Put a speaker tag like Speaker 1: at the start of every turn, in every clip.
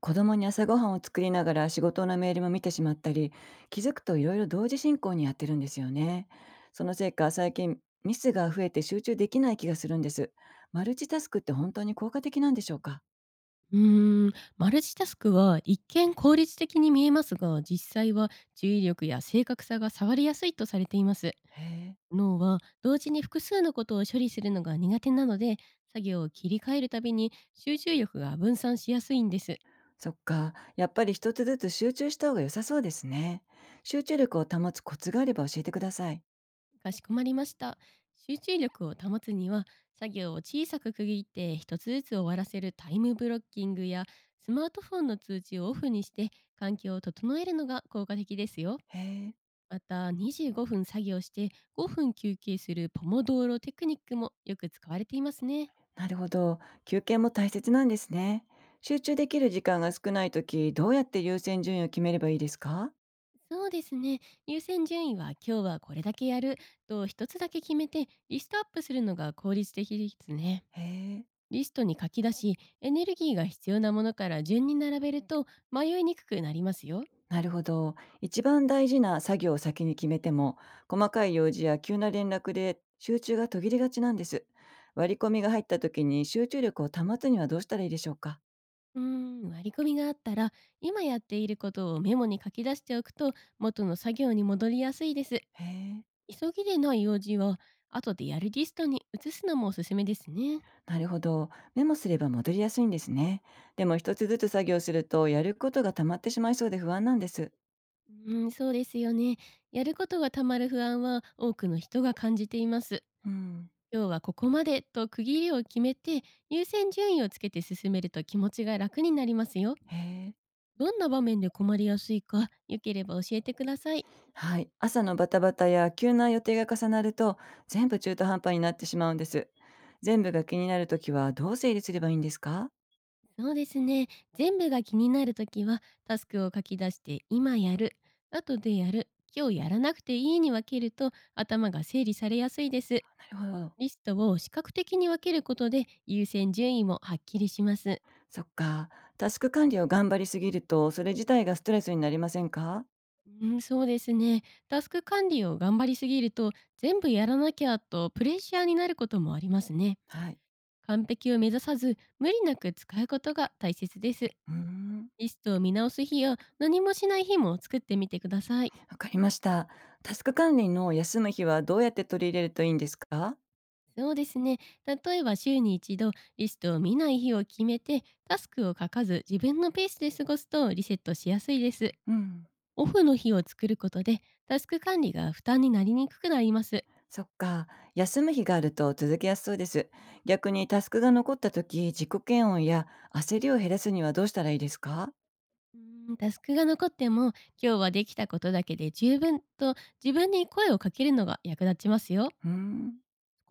Speaker 1: 子供に朝ごはんを作りながら仕事のメールも見てしまったり、気づくといろいろ同時進行にやってるんですよね。そのせいか最近ミスが増えて集中できない気がするんです。マルチタスクって本当に効果的なんでしょうか？
Speaker 2: マルチタスクは一見効率的に見えますが、実際は注意力や正確さが触りやすいとされています。
Speaker 1: へえ。
Speaker 2: 脳は同時に複数のことを処理するのが苦手なので、作業を切り替えるたびに集中力が分散しやすいんです。
Speaker 1: そっか、やっぱり一つずつ集中した方が良さそうですね。集中力を保つコツがあれば教えてください。
Speaker 2: かしこまりました。集中力を保つには、作業を小さく区切って一つずつ終わらせるタイムブロッキングや、スマートフォンの通知をオフにして環境を整えるのが効果的ですよ。
Speaker 1: へえ。
Speaker 2: また25分作業して5分休憩するポモドーロテクニックもよく使われていますね。
Speaker 1: なるほど、休憩も大切なんですね。集中できる時間が少ないとき、どうやって優先順位を決めればいいですか？
Speaker 2: そうですね。優先順位は今日はこれだけやると一つだけ決めて、リストアップするのが効率的ですね。
Speaker 1: へえ。
Speaker 2: リストに書き出し、エネルギーが必要なものから順に並べると、迷いにくくなりますよ。
Speaker 1: なるほど。一番大事な作業を先に決めても、細かい用事や急な連絡で集中が途切れがちなんです。割り込みが入った時に集中力を保つにはどうしたらいいでしょうか？
Speaker 2: 割り込みがあったら、今やっていることをメモに書き出しておくと、元の作業に戻りやすいです。
Speaker 1: へえ。
Speaker 2: 急ぎでない用事は、後でやるリストに移すのもおすすめですね。
Speaker 1: なるほど。メモすれば戻りやすいんですね。でも一つずつ作業すると、やることが溜まってしまいそうで不安なんです。
Speaker 2: うん、そうですよね。やることがたまる不安は多くの人が感じています。
Speaker 1: うん。
Speaker 2: 今日はここまでと区切りを決めて、優先順位をつけて進めると気持ちが楽になりますよ。
Speaker 1: へえ。
Speaker 2: どんな場面で困りやすいか、よければ教えてください。
Speaker 1: はい。朝のバタバタや急な予定が重なると、全部中途半端になってしまうんです。全部が気になるときはどう整理すればいいんですか？
Speaker 2: そうですね。全部が気になるときは、タスクを書き出して、今やる、後でやる、今日やらなくていいに分けると、頭が整理されやすいです。
Speaker 1: なるほど。
Speaker 2: リストを視覚的に分けることで、優先順位もはっきりします。
Speaker 1: そっか。タスク管理を頑張りすぎると、それ自体がストレスになりませんか？
Speaker 2: うん、そうですね。タスク管理を頑張りすぎると、全部やらなきゃとプレッシャーになることもありますね。
Speaker 1: はい。
Speaker 2: 完璧を目指さず、無理なく使うことが大切です。
Speaker 1: うーん。
Speaker 2: リストを見直す日や何もしない日も作ってみてください。
Speaker 1: わかりました。タスク管理の休む日はどうやって取り入れるといいんですか？
Speaker 2: そうですね。例えば週に一度、リストを見ない日を決めて、タスクを書かず自分のペースで過ごすと、リセットしやすいです。
Speaker 1: うん。
Speaker 2: オフの日を作ることで、タスク管理が負担になりにくくなります。
Speaker 1: そっか。休む日があると続けやすそうです。逆にタスクが残った時、自己嫌悪や焦りを減らすにはどうしたらいいですか？
Speaker 2: うタスクが残っても、今日はできたことだけで十分と自分に声をかけるのが役立ちますよ。
Speaker 1: うーん。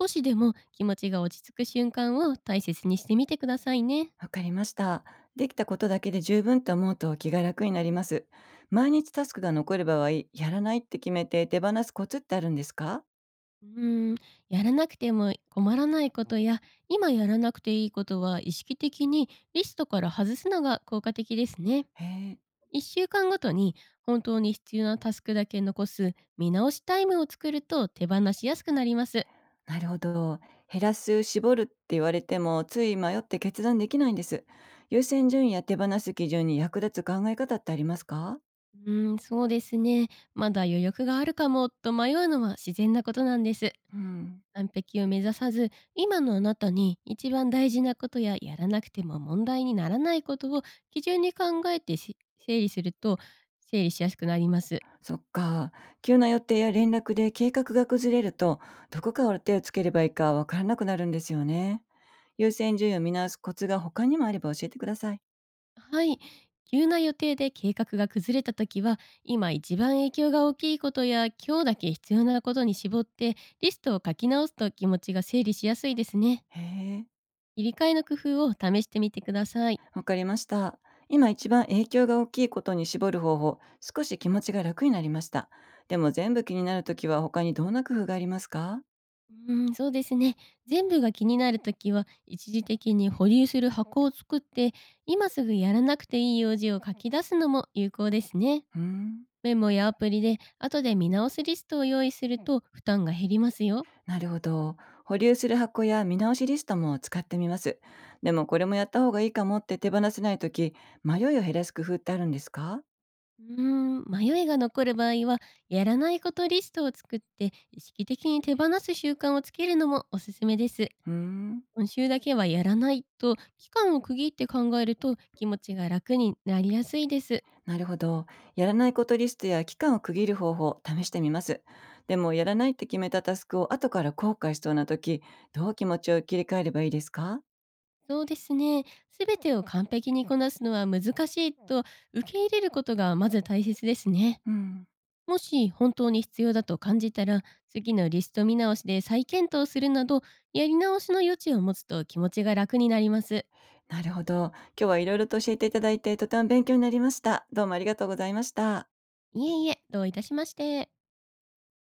Speaker 2: 少しでも気持ちが落ち着く瞬間を大切にしてみてくださいね。
Speaker 1: わかりました。できたことだけで十分と思うと気が楽になります。毎日タスクが残る場合、やらないって決めて手放すコツってあるんですか？
Speaker 2: うーん、やらなくても困らないことや、今やらなくていいことは、意識的にリストから外すのが効果的ですね。
Speaker 1: へえ、
Speaker 2: 1週間ごとに、本当に必要なタスクだけ残す見直しタイムを作ると、手放しやすくなります。
Speaker 1: なるほど。減らす、絞るって言われても、つい迷って決断できないんです。優先順位や手放す基準に役立つ考え方ってありますか？
Speaker 2: そうですね。まだ余力があるかもと迷うのは、自然なことなんです。
Speaker 1: うん。
Speaker 2: 完璧を目指さず、今のあなたに一番大事なことややらなくても問題にならないことを基準に考えてし整理すると、整理しやすくなります。
Speaker 1: そっか。急な予定や連絡で計画が崩れると、どこから手をつければいいかわからなくなるんですよね。優先順位を見直すコツが他にもあれば教えてください。
Speaker 2: はい。急な予定で計画が崩れた時は、今一番影響が大きいことや、今日だけ必要なことに絞って、リストを書き直すと気持ちが整理しやすいですね。
Speaker 1: へえ。
Speaker 2: 切り替えの工夫を試してみてください。
Speaker 1: わかりました。今一番影響が大きいことに絞る方法、少し気持ちが楽になりました。でも全部気になるときは他にどんな工夫がありますか？
Speaker 2: うん、そうですね。全部が気になるときは、一時的に保留する箱を作って、今すぐやらなくていい用事を書き出すのも有効ですね。
Speaker 1: うーん、
Speaker 2: メモやアプリで、後で見直すリストを用意すると負担が減りますよ。
Speaker 1: なるほど。保留する箱や見直しリストも使ってみます。でもこれもやった方がいいかもって手放せないとき、迷いを減らす工夫ってあるんですか？
Speaker 2: うー迷いが残る場合は、やらないことリストを作って、意識的に手放す習慣をつけるのもおすすめです。
Speaker 1: うーん、
Speaker 2: 今週だけはやらないと、期間を区切って考えると気持ちが楽になりやすいです。
Speaker 1: なるほど。やらないことリストや期間を区切る方法、試してみます。でもやらないって決めたタスクを後から後悔しそうなとき、どう気持ちを切り替えればいいですか？
Speaker 2: そうですね。すべてを完璧にこなすのは難しいと受け入れることが、まず大切ですね。
Speaker 1: うん、
Speaker 2: もし本当に必要だと感じたら、次のリスト見直しで再検討するなど、やり直しの余地を持つと気持ちが楽になります。
Speaker 1: なるほど。今日はいろいろと教えていただいて、とても勉強になりました。どうもありがとうございました。
Speaker 2: いえいえ、どういたしまして。